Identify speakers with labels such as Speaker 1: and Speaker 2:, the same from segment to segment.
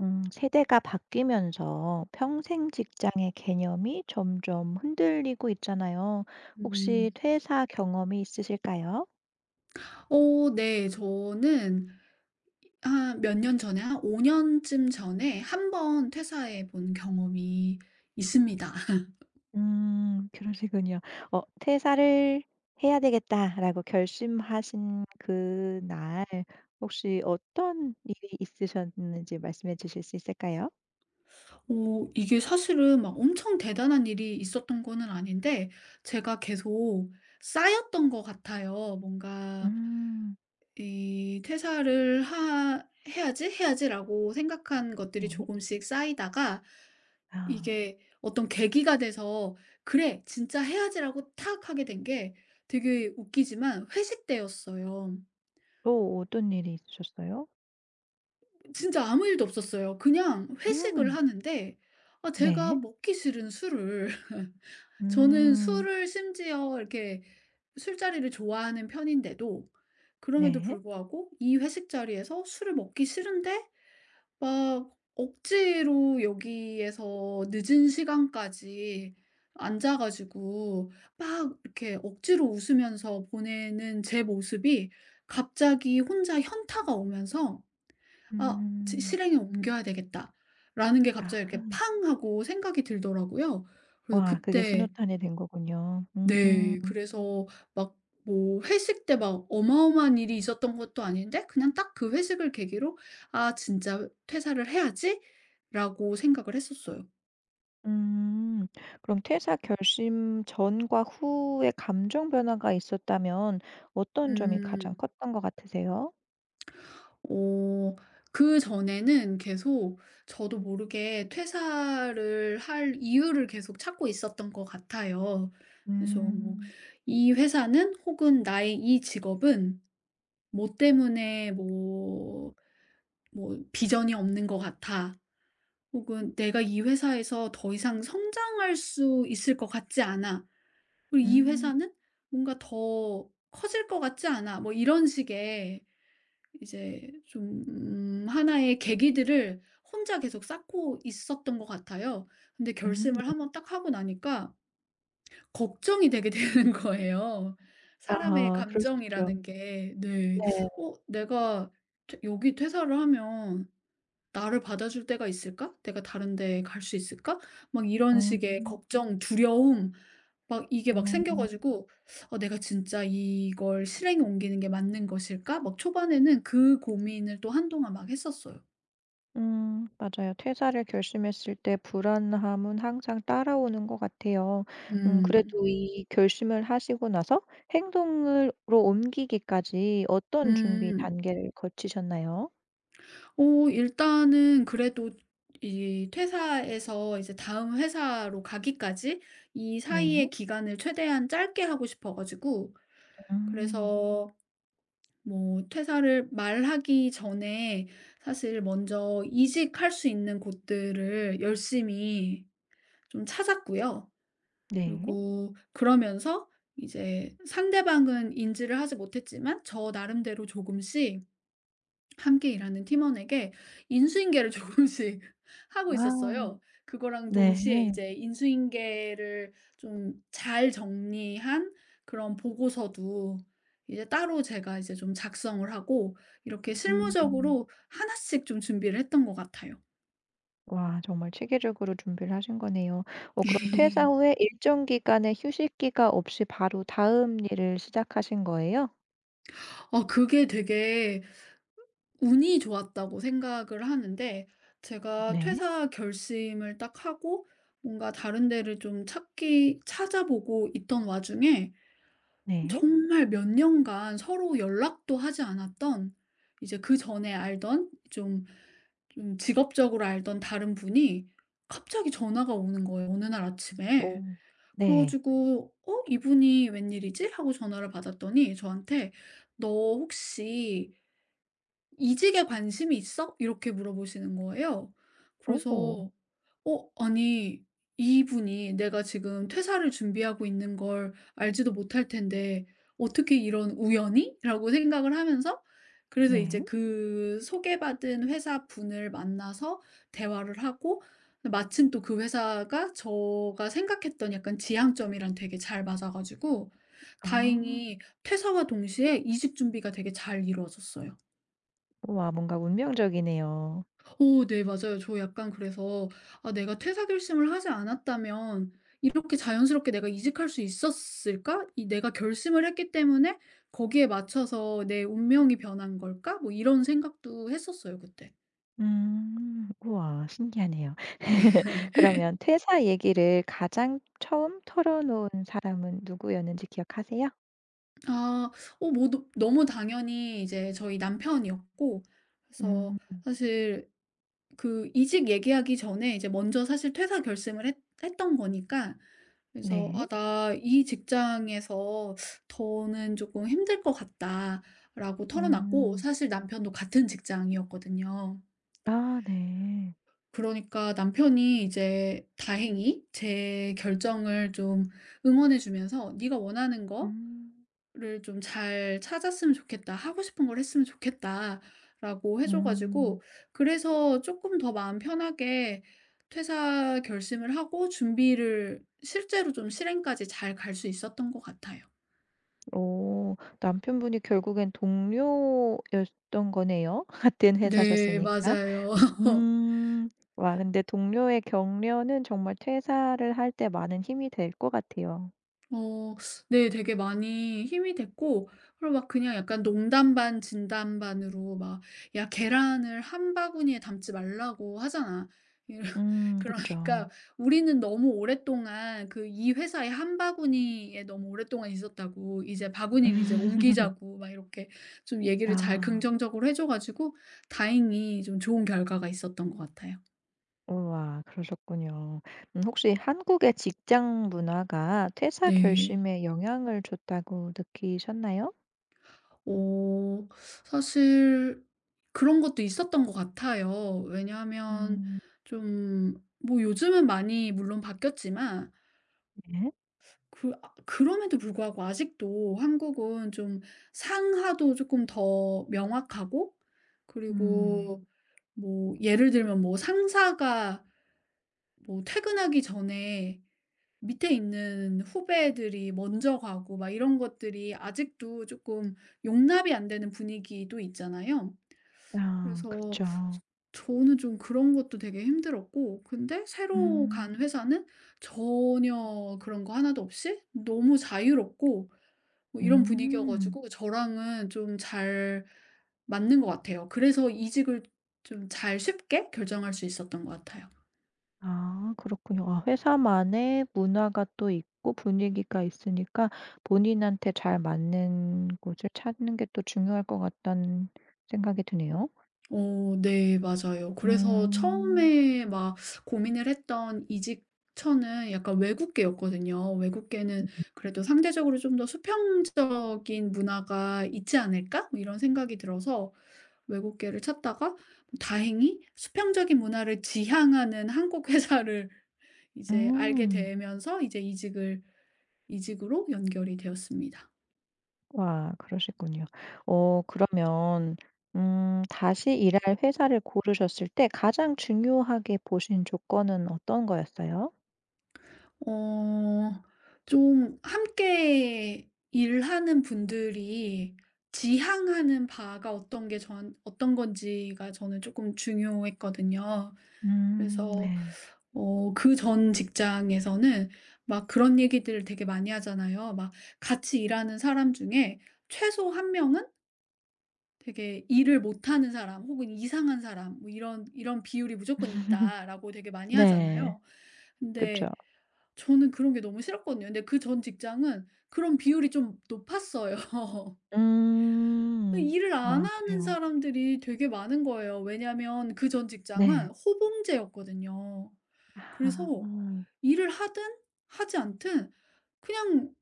Speaker 1: 세대가 바뀌면서 평생 직장의 개념이 점점 흔들리고 있잖아요. 혹시
Speaker 2: 음.
Speaker 1: 퇴사 경험이 있으실까요?
Speaker 2: 네. 저는 한 5 년쯤 전에 한번 퇴사해 본 경험이 있습니다.
Speaker 1: 그러시군요. 퇴사를 해야 되겠다라고 결심하신 그날 혹시 어떤 일이 있으셨는지 말씀해 주실 수 있을까요?
Speaker 2: 이게 사실은 막 엄청 대단한 일이 있었던 거는 아닌데, 제가 계속 쌓였던 것 같아요. 뭔가
Speaker 1: 음,
Speaker 2: 이 '퇴사를 하 해야지, 해야지.'라고 생각한 것들이
Speaker 1: 네.
Speaker 2: 조금씩 쌓이다가
Speaker 1: 아,
Speaker 2: 이게 어떤 계기가 돼서 '그래 진짜 해야지.'라고 탁 하게 된 게, 되게 웃기지만 회식 때였어요.
Speaker 1: 또 어떤 일이 있으셨어요?
Speaker 2: 진짜 아무 일도 없었어요. 그냥 회식을
Speaker 1: 음,
Speaker 2: 하는데, 아 제가
Speaker 1: 네.
Speaker 2: 먹기 싫은 술을 저는
Speaker 1: 음,
Speaker 2: 술을 심지어 이렇게 술자리를 좋아하는 편인데도, 그럼에도
Speaker 1: 네.
Speaker 2: 불구하고 이 회식 자리에서 술을 먹기 싫은데 막 억지로 여기에서 늦은 시간까지 앉아 가지고 막 이렇게 억지로 웃으면서 보내는 제 모습이, 갑자기 혼자 현타가 오면서 '아 지
Speaker 1: 음,
Speaker 2: 실행에 옮겨야 되겠다.'라는 게
Speaker 1: 아.
Speaker 2: 갑자기 이렇게 팡 하고 생각이 들더라고요. 그래서
Speaker 1: 와, 그게
Speaker 2: 그때.
Speaker 1: 신호탄이 된 거군요. 음.
Speaker 2: 네. 그래서 막, 뭐 회식 때 막 어마어마한 일이 있었던 것도 아닌데 그냥 딱 그 회식을 계기로 '아 진짜 퇴사를 해야지.'라고 생각을 했었어요.
Speaker 1: 음. 그럼 퇴사 결심 전과 후에 감정 변화가 있었다면 어떤 점이 가장
Speaker 2: 음.
Speaker 1: 컸던 것 같으세요?
Speaker 2: 어 그전에는 계속 저도 모르게 퇴사를 할 이유를 계속 찾고 있었던 것 같아요. 그래서 뭐
Speaker 1: 음.
Speaker 2: '이 회사는, 혹은 나의 이 직업은 뭐 때문에 뭐 비전이 없는 것 같아.' 혹은 '내가 이 회사에서 더 이상 성장할 수 있을 것 같지 않아.' 그리고 '이
Speaker 1: 음.
Speaker 2: 회사는 뭔가 더 커질 것 같지 않아.' 뭐 이런 식의 이제 좀 하나의 계기들을 혼자 계속 쌓고 있었던 것 같아요. 근데
Speaker 1: 음.
Speaker 2: 결심을 한번 딱 하고 나니까 걱정이 되게 되는 거예요. 사람의
Speaker 1: 아, 그럴 수 있죠.
Speaker 2: 감정이라는 게. 네.
Speaker 1: 네.
Speaker 2: '내가 퇴 여기 퇴사를 하면 나를 받아줄 때가 있을까? 내가 다른 데 갈 수 있을까?' 막 이런
Speaker 1: 음.
Speaker 2: 식의 걱정, 두려움 막 이게 막
Speaker 1: 음.
Speaker 2: 생겨 가지고 '어 내가 진짜 이걸 실행에 옮기는 게 맞는 것일까?' 막 초반에는 그 고민을 또 한동안 막 했었어요.
Speaker 1: 맞아요. 퇴사를 결심했을 때 불안함은 항상 따라오는 것 같아요.
Speaker 2: 음.
Speaker 1: 그래도 이 결심을 하시고 나서 행동으로 옮기기까지 어떤 준비
Speaker 2: 음.
Speaker 1: 단계를 거치셨나요?
Speaker 2: 일단은 그래도 이 퇴사에서 이제 다음 회사로 가기까지 이
Speaker 1: 네.
Speaker 2: 사이의 기간을 최대한 짧게 하고 싶어 가지고,
Speaker 1: 음,
Speaker 2: 그래서 뭐 퇴사를 말하기 전에 사실 먼저 이직할 수 있는 곳들을 열심히 좀 찾았고요.
Speaker 1: 네.
Speaker 2: 그리고 그러면서 이제 상대방은 인지를 하지 못했지만 저 나름대로 조금씩 함께 일하는 팀원에게 인수인계를 조금씩 하고
Speaker 1: 와,
Speaker 2: 있었어요. 그거랑 동시에
Speaker 1: 네.
Speaker 2: 이제 인수인계를 좀 잘 정리한 그런 보고서도 이제 따로 제가 이제 좀 작성을 하고, 이렇게
Speaker 1: 음,
Speaker 2: 실무적으로 하나씩 좀 준비를 했던 것 같아요.
Speaker 1: 와, 정말 체계적으로 준비를 하신 거네요. 그럼 퇴사 후에 일정 기간의 휴식기가 없이 바로 다음 일을 시작하신 거예요?
Speaker 2: 그게 되게 운이 좋았다고 생각을 하는데, 제가
Speaker 1: 네.
Speaker 2: 퇴사 결심을 딱 하고 뭔가 다른 데를 좀 찾기 찾아보고 있던 와중에
Speaker 1: 네.
Speaker 2: 정말 몇 년간 서로 연락도 하지 않았던, 이제 그전에 알던 좀 직업적으로 알던 다른 분이 갑자기 전화가 오는 거예요, 어느 날 아침에.
Speaker 1: 오.
Speaker 2: 그래
Speaker 1: 네.
Speaker 2: 가지고 '어 이분이 웬일이지?' 하고 전화를 받았더니 저한테 "너 혹시 이직에 관심이 있어?" 이렇게 물어보시는 거예요.
Speaker 1: 오.
Speaker 2: 그래서 어 아니, 이분이 내가 지금 퇴사를 준비하고 있는 걸 알지도 못할 텐데 '어떻게 이런 우연이?' 라고 생각을 하면서, 그래서
Speaker 1: 네.
Speaker 2: 이제 그 소개받은 회사분을 만나서 대화를 하고, 마침 또 그 회사가 제가 생각했던 약간 지향점이랑 되게 잘 맞아 가지고
Speaker 1: 아.
Speaker 2: 다행히 퇴사와 동시에 이직 준비가 되게 잘 이루어졌어요.
Speaker 1: 우와, 뭔가 운명적이네요.
Speaker 2: 오 네 맞아요. 저 약간 그래서 '아 내가 퇴사 결심을 하지 않았다면 이렇게 자연스럽게 내가 이직할 수 있었을까? 이 내가 결심을 했기 때문에 거기에 맞춰서 내 운명이 변한 걸까?' 뭐 이런 생각도 했었어요, 그때.
Speaker 1: 음. 우와, 신기하네요. 그러면 퇴사 얘기를 가장 처음 털어놓은 사람은 누구였는지 기억하세요?
Speaker 2: 아. 뭐 너 너무 당연히 이제 저희 남편이었고, 그래서
Speaker 1: 음.
Speaker 2: 사실 그 이직 얘기하기 전에 이제 먼저 사실 퇴사 결심을 했 했던 거니까, 그래서 '아
Speaker 1: 네.
Speaker 2: 나 이 직장에서 더는 조금 힘들 것 같다.'라고 털어놨고,
Speaker 1: 음.
Speaker 2: 사실 남편도 같은 직장이었거든요.
Speaker 1: 아, 네.
Speaker 2: 그러니까 남편이 이제 다행히 제 결정을 좀 응원해 주면서 "네가 원하는 거
Speaker 1: 음.
Speaker 2: 를 좀 잘 찾았으면 좋겠다. 하고 싶은 걸 했으면 좋겠다라고 해줘
Speaker 1: 음.
Speaker 2: 가지고, 그래서 쪼끔 더 마음 편하게 퇴사 결심을 하고 준비를 실제로 좀 실행까지 잘 갈 수 있었던 것 같아요.
Speaker 1: 오, 남편분이 결국엔 동료였던 거네요. 같은
Speaker 2: 네
Speaker 1: 회사셨으니까.
Speaker 2: 맞아요.
Speaker 1: 음. 와, 근데 동료의 격려는 정말 퇴사를 할 때 많은 힘이 될 것 같아요.
Speaker 2: 어 네. 되게 많이 힘이 됐고, 그리고 막 그냥 약간 농담 반 진담 반으로 막 "야, 계란을 한 바구니에 담지 말라고 하잖아."
Speaker 1: 음,
Speaker 2: 그러니까
Speaker 1: 그쵸.
Speaker 2: 우리는 너무 오랫동안 그 이 회사의 한 바구니에 너무 오랫동안 있었다고, "이제 바구니를 이제 옮기자."고 막 이렇게 좀 얘기를 잘
Speaker 1: 아.
Speaker 2: 긍정적으로 해줘 가지고 다행히 좀 좋은 결과가 있었던 것 같아요.
Speaker 1: 우와, 그러셨군요. 혹시 한국의 직장 문화가 퇴사
Speaker 2: 네.
Speaker 1: 결심에 영향을 줬다고 느끼셨나요?
Speaker 2: 어 사실 그런 것도 있었던 것 같아요. 왜냐하면
Speaker 1: 음.
Speaker 2: 좀 뭐 요즘은 많이 물론 바뀌었지만,
Speaker 1: 네.
Speaker 2: 그럼에도 불구하고 아직도 한국은 좀 상하도 조금 더 명확하고,
Speaker 1: 음.
Speaker 2: 그리고 뭐 예를 들면 뭐 상사가 뭐 퇴근하기 전에 밑에 있는 후배들이 먼저 가고 막, 이런 것들이 아직도 조금 용납이 안 되는 분위기도 있잖아요.
Speaker 1: 아,
Speaker 2: 그래서
Speaker 1: 그렇죠.
Speaker 2: 저는 좀 그런 것도 되게 힘들었고, 근데 새로
Speaker 1: 음.
Speaker 2: 간 회사는 전혀 그런 거 하나도 없이 너무 자유롭고 뭐 이런 분위기여
Speaker 1: 음.
Speaker 2: 가지고 저랑은 좀 잘 맞는 것 같아요. 그래서 이직을 좀 잘 쉽게 결정할 수 있었던 것 같아요.
Speaker 1: 아, 그렇군요. 아, 회사만의 문화가 또 있고 분위기가 있으니까 본인한테 잘 맞는 곳을 찾는 게 또 중요할 것 같다는 생각이 드네요.
Speaker 2: 네 맞아요. 그래서
Speaker 1: 음.
Speaker 2: 처음에 막 고민을 했던 이직처는 약간 외국계였거든요. 외국계는
Speaker 1: 음.
Speaker 2: 그래도 '상대적으로 좀 더 수평적인 문화가 있지 않을까?' 뭐 이런 생각이 들어서 외국계를 찾다가 다행히 수평적인 문화를 지향하는 한국 회사를 이제 알게
Speaker 1: 음.
Speaker 2: 되면서 이제 이직을 이직으로 연결이 되었습니다.
Speaker 1: 와, 그러시군요. 그러면 다시 일할 회사를 고르셨을 때 가장 중요하게 보신 조건은 어떤 거였어요?
Speaker 2: 어 좀 함께 일하는 분들이 지향하는 바가 어떤 게 전 어떤 건지가 저는 조금 중요했거든요.
Speaker 1: 음,
Speaker 2: 그래서
Speaker 1: 네.
Speaker 2: 그전 직장에서는 막 그런 얘기들을 되게 많이 하잖아요. 막 같이 일하는 사람 중에 최소 한 명은 되게 "일을 못하는 사람, 혹은 이상한 사람, 뭐 이런 비율이 무조건 있다."라고 되게 많이
Speaker 1: 네.
Speaker 2: 하잖아요.
Speaker 1: 그쵸.
Speaker 2: 근데 저는 그런 게 너무 싫었거든요. 근데 그 전 직장은 그런 비율이 좀 높았어요.
Speaker 1: 음.
Speaker 2: 일을 안
Speaker 1: 아,
Speaker 2: 하는
Speaker 1: 그래요.
Speaker 2: 사람들이 되게 많은 거예요. 왜냐하면 그 전 직장은
Speaker 1: 네.
Speaker 2: 호봉제였거든요.
Speaker 1: 아.
Speaker 2: 그래서 일을 하든 하지 않든 그냥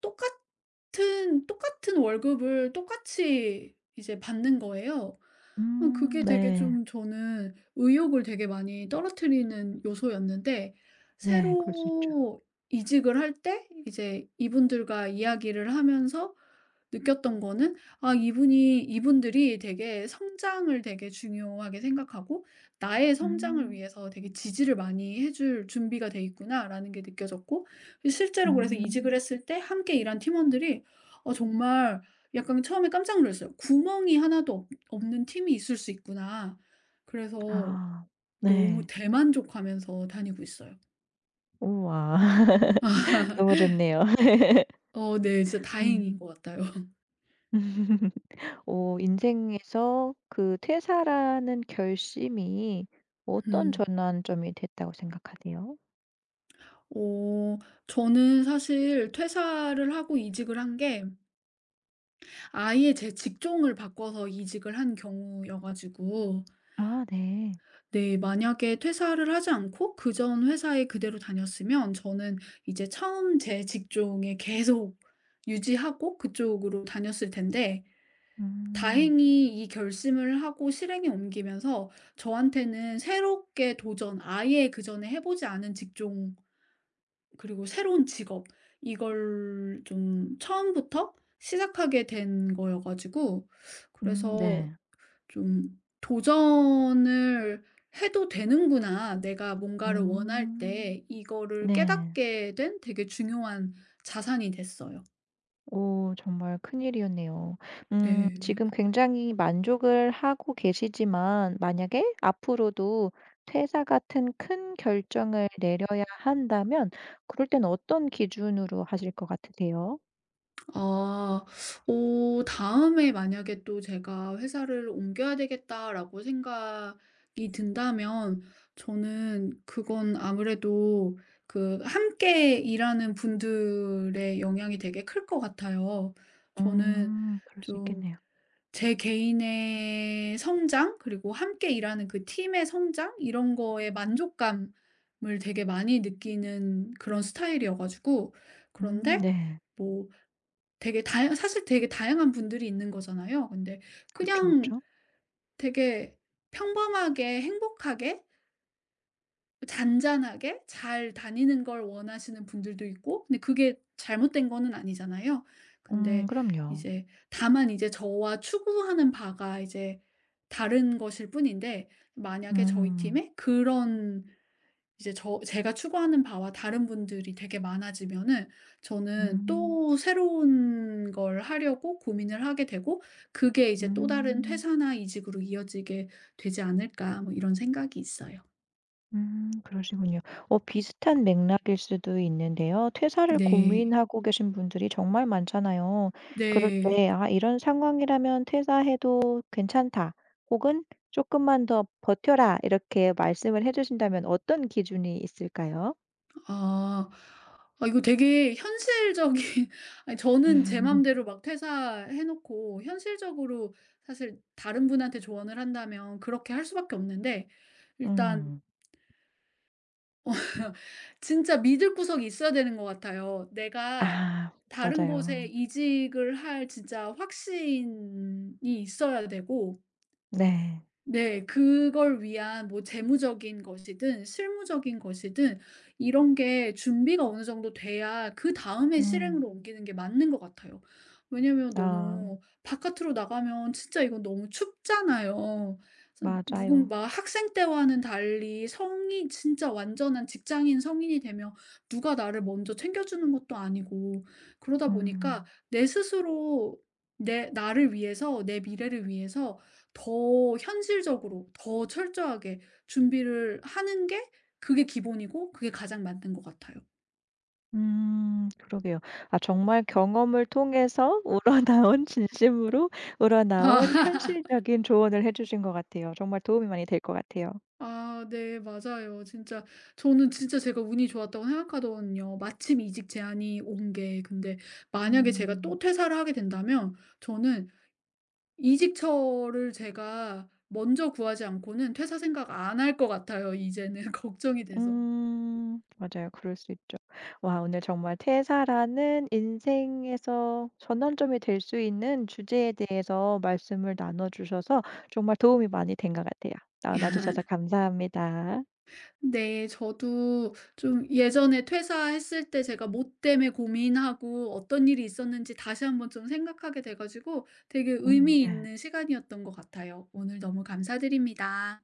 Speaker 2: 똑같은 월급을 똑같이 이제 받는 거예요.
Speaker 1: 음,
Speaker 2: 그게 되게
Speaker 1: 네.
Speaker 2: 좀, 저는 의욕을 되게 많이 떨어뜨리는 요소였는데,
Speaker 1: 네. 그럴 수 있죠.
Speaker 2: 새로 이직을 할 때 이제 이분들과 이야기를 하면서 느꼈던 거는, 아 이분이 이분들이 되게 성장을 되게 중요하게 생각하고 '나의 성장을
Speaker 1: 음.
Speaker 2: 위해서 되게 지지를 많이 해줄 준비가 돼 있구나.'라는 게 느껴졌고, 실제로 그래서
Speaker 1: 음.
Speaker 2: 이직을 했을 때 함께 일한 팀원들이 정말 약간, 처음에 깜짝 놀랐어요. '구멍이 하나도 없 없는 팀이 있을 수 있구나.' 그래서
Speaker 1: 아.
Speaker 2: 너무
Speaker 1: 네.
Speaker 2: 대만족하면서 다니고 있어요.
Speaker 1: 우와. 너무 좋네요.
Speaker 2: 네. 진짜
Speaker 1: 음.
Speaker 2: 다행인 것 같아요.
Speaker 1: 인생에서 그 퇴사라는 결심이 어떤
Speaker 2: 음.
Speaker 1: 전환점이 됐다고 생각하세요?
Speaker 2: 어 저는 사실 퇴사를 하고 이직을 한 게 아예 제 직종을 바꿔서 이직을 한 경우여 가지고,
Speaker 1: 아, 네.
Speaker 2: 네, 만약에 퇴사를 하지 않고 그 전 회사에 그대로 다녔으면 저는 이제 처음 제 직종에 계속 유지하고 그쪽으로 다녔을 텐데,
Speaker 1: 음.
Speaker 2: 다행히 이 결심을 하고 실행에 옮기면서 저한테는 새롭게 도전, 아예 그전에 해보지 않은 직종, 그리고 새로운 직업, 이걸 좀 처음부터 시작하게 된 거여가지고,
Speaker 1: 음,
Speaker 2: 그래서
Speaker 1: 네.
Speaker 2: 좀 '도전을 해도 되는구나. 내가 뭔가를 원할
Speaker 1: 음.
Speaker 2: 때.' 이거를
Speaker 1: 네.
Speaker 2: 깨닫게 된 되게 중요한 자산이 됐어요.
Speaker 1: 오, 정말 큰일이었네요.
Speaker 2: 네.
Speaker 1: 지금 굉장히 만족을 하고 계시지만 만약에 앞으로도 퇴사 같은 큰 결정을 내려야 한다면 그럴 땐 어떤 기준으로 하실 것 같으세요?
Speaker 2: 아. 다음에 만약에 또 제가 '회사를 옮겨야 되겠다.'라고 생각이 든다면, 저는 그건 아무래도 그 함께 일하는 분들의 영향이 되게 클 것 같아요. 저는
Speaker 1: 그럴 수
Speaker 2: 좀
Speaker 1: 있겠네요.
Speaker 2: 제 개인의 성장, 그리고 함께 일하는 그 팀의 성장, 이런 거에 만족감을 되게 많이 느끼는 그런 스타일이어 가지고.
Speaker 1: 음,
Speaker 2: 그런데
Speaker 1: 네.
Speaker 2: 뭐 되게 다양 사실 되게 다양한 분들이 있는 거잖아요. 근데
Speaker 1: 그렇죠, 그렇
Speaker 2: 그냥
Speaker 1: 죠
Speaker 2: 되게 평범하게, 행복하게, 잔잔하게 잘 다니는 걸 원하시는 분들도 있고, 근데 그게 잘못된 거는 아니잖아요. 근데
Speaker 1: 그럼요.
Speaker 2: 이제 다만 이제 저와 추구하는 바가 이제 다른 것일 뿐인데, 만약에 저희
Speaker 1: 음.
Speaker 2: 팀에 그런, 이제 제가 추구하는 바와 다른 분들이 되게 많아지면은 저는
Speaker 1: 음.
Speaker 2: 또 새로운 걸 하려고 고민을 하게 되고, 그게 이제 또 다른
Speaker 1: 음.
Speaker 2: 퇴사나 이직으로 이어지게 되지 않을까, 뭐 이런 생각이 있어요.
Speaker 1: 그러시군요. 비슷한 맥락일 수도 있는데요. 퇴사를
Speaker 2: 네.
Speaker 1: 고민하고 계신 분들이 정말 많잖아요. 그럴
Speaker 2: 네.
Speaker 1: 때 '아, 이런 상황이라면 퇴사해도 괜찮다.' 혹은 '조금만 더 버텨라.' 이렇게 말씀을 해 주신다면 어떤 기준이 있을까요?
Speaker 2: 아. 이거 되게 현실적인, 아니 저는 제 맘대로 막 퇴사해 놓고 현실적으로 사실 다른 분한테 조언을 한다면 그렇게 할 수밖에 없는데, 일단
Speaker 1: 음.
Speaker 2: 진짜 믿을 구석이 있어야 되는 것 같아요. 내가
Speaker 1: 아,
Speaker 2: 다른
Speaker 1: 맞아요.
Speaker 2: 곳에 이직을 할 진짜 확신이 있어야 되고.
Speaker 1: 네.
Speaker 2: 네. 그걸 위한 뭐 재무적인 것이든 실무적인 것이든 이런 게 준비가 어느 정도 돼야 그다음에
Speaker 1: 음.
Speaker 2: 실행으로 옮기는 게 맞는 것 같아요. 왜냐면
Speaker 1: 아,
Speaker 2: 너무 바깥으로 나가면 진짜 이건 너무 춥잖아요. 그래서 누군,
Speaker 1: 맞아요.
Speaker 2: 막 학생 때와는 달리 성인, 진짜 완전한 직장인 성인이 되면 누가 나를 먼저 챙겨주는 것도 아니고, 그러다 보니까
Speaker 1: 음.
Speaker 2: 내 스스로 내 나를 위해서, 내 미래를 위해서 더 현실적으로 더 철저하게 준비를 하는 게, 그게 기본이고 그게 가장 맞는 것 같아요.
Speaker 1: 그러게요. 아, 정말 경험을 통해서 우러나온 진심으로 우러나온 현실적인 조언을 해 주신 것 같아요. 정말 도움이 많이 될 것 같아요.
Speaker 2: 아 네 맞아요. 진짜 저는 진짜 제가 운이 좋았다고 생각하거든요. 마침 이직 제안이 온 게. 근데 만약에 제가 또
Speaker 1: 음.
Speaker 2: 퇴사를 하게 된다면 저는 이직처를 제가 먼저 구하지 않고는 퇴사 생각 안 할 것 같아요, 이제는. 걱정이 돼서.
Speaker 1: 맞아요. 그럴 수 있죠. 와, 오늘 정말 퇴사라는 인생에서 전환점이 될 수 있는 주제에 대해서 말씀을 나눠 주셔서 정말 도움이 많이 된 것 같아요. 나눠 주셔서 감사합니다.
Speaker 2: 네. 저도 좀 예전에 퇴사했을 때 제가 뭐 때문에 고민하고 어떤 일이 있었는지 다시 한번 좀 생각하게 돼 가지고, 되게
Speaker 1: 음,
Speaker 2: 의미
Speaker 1: 네.
Speaker 2: 있는 시간이었던 것 같아요. 오늘 너무 감사드립니다.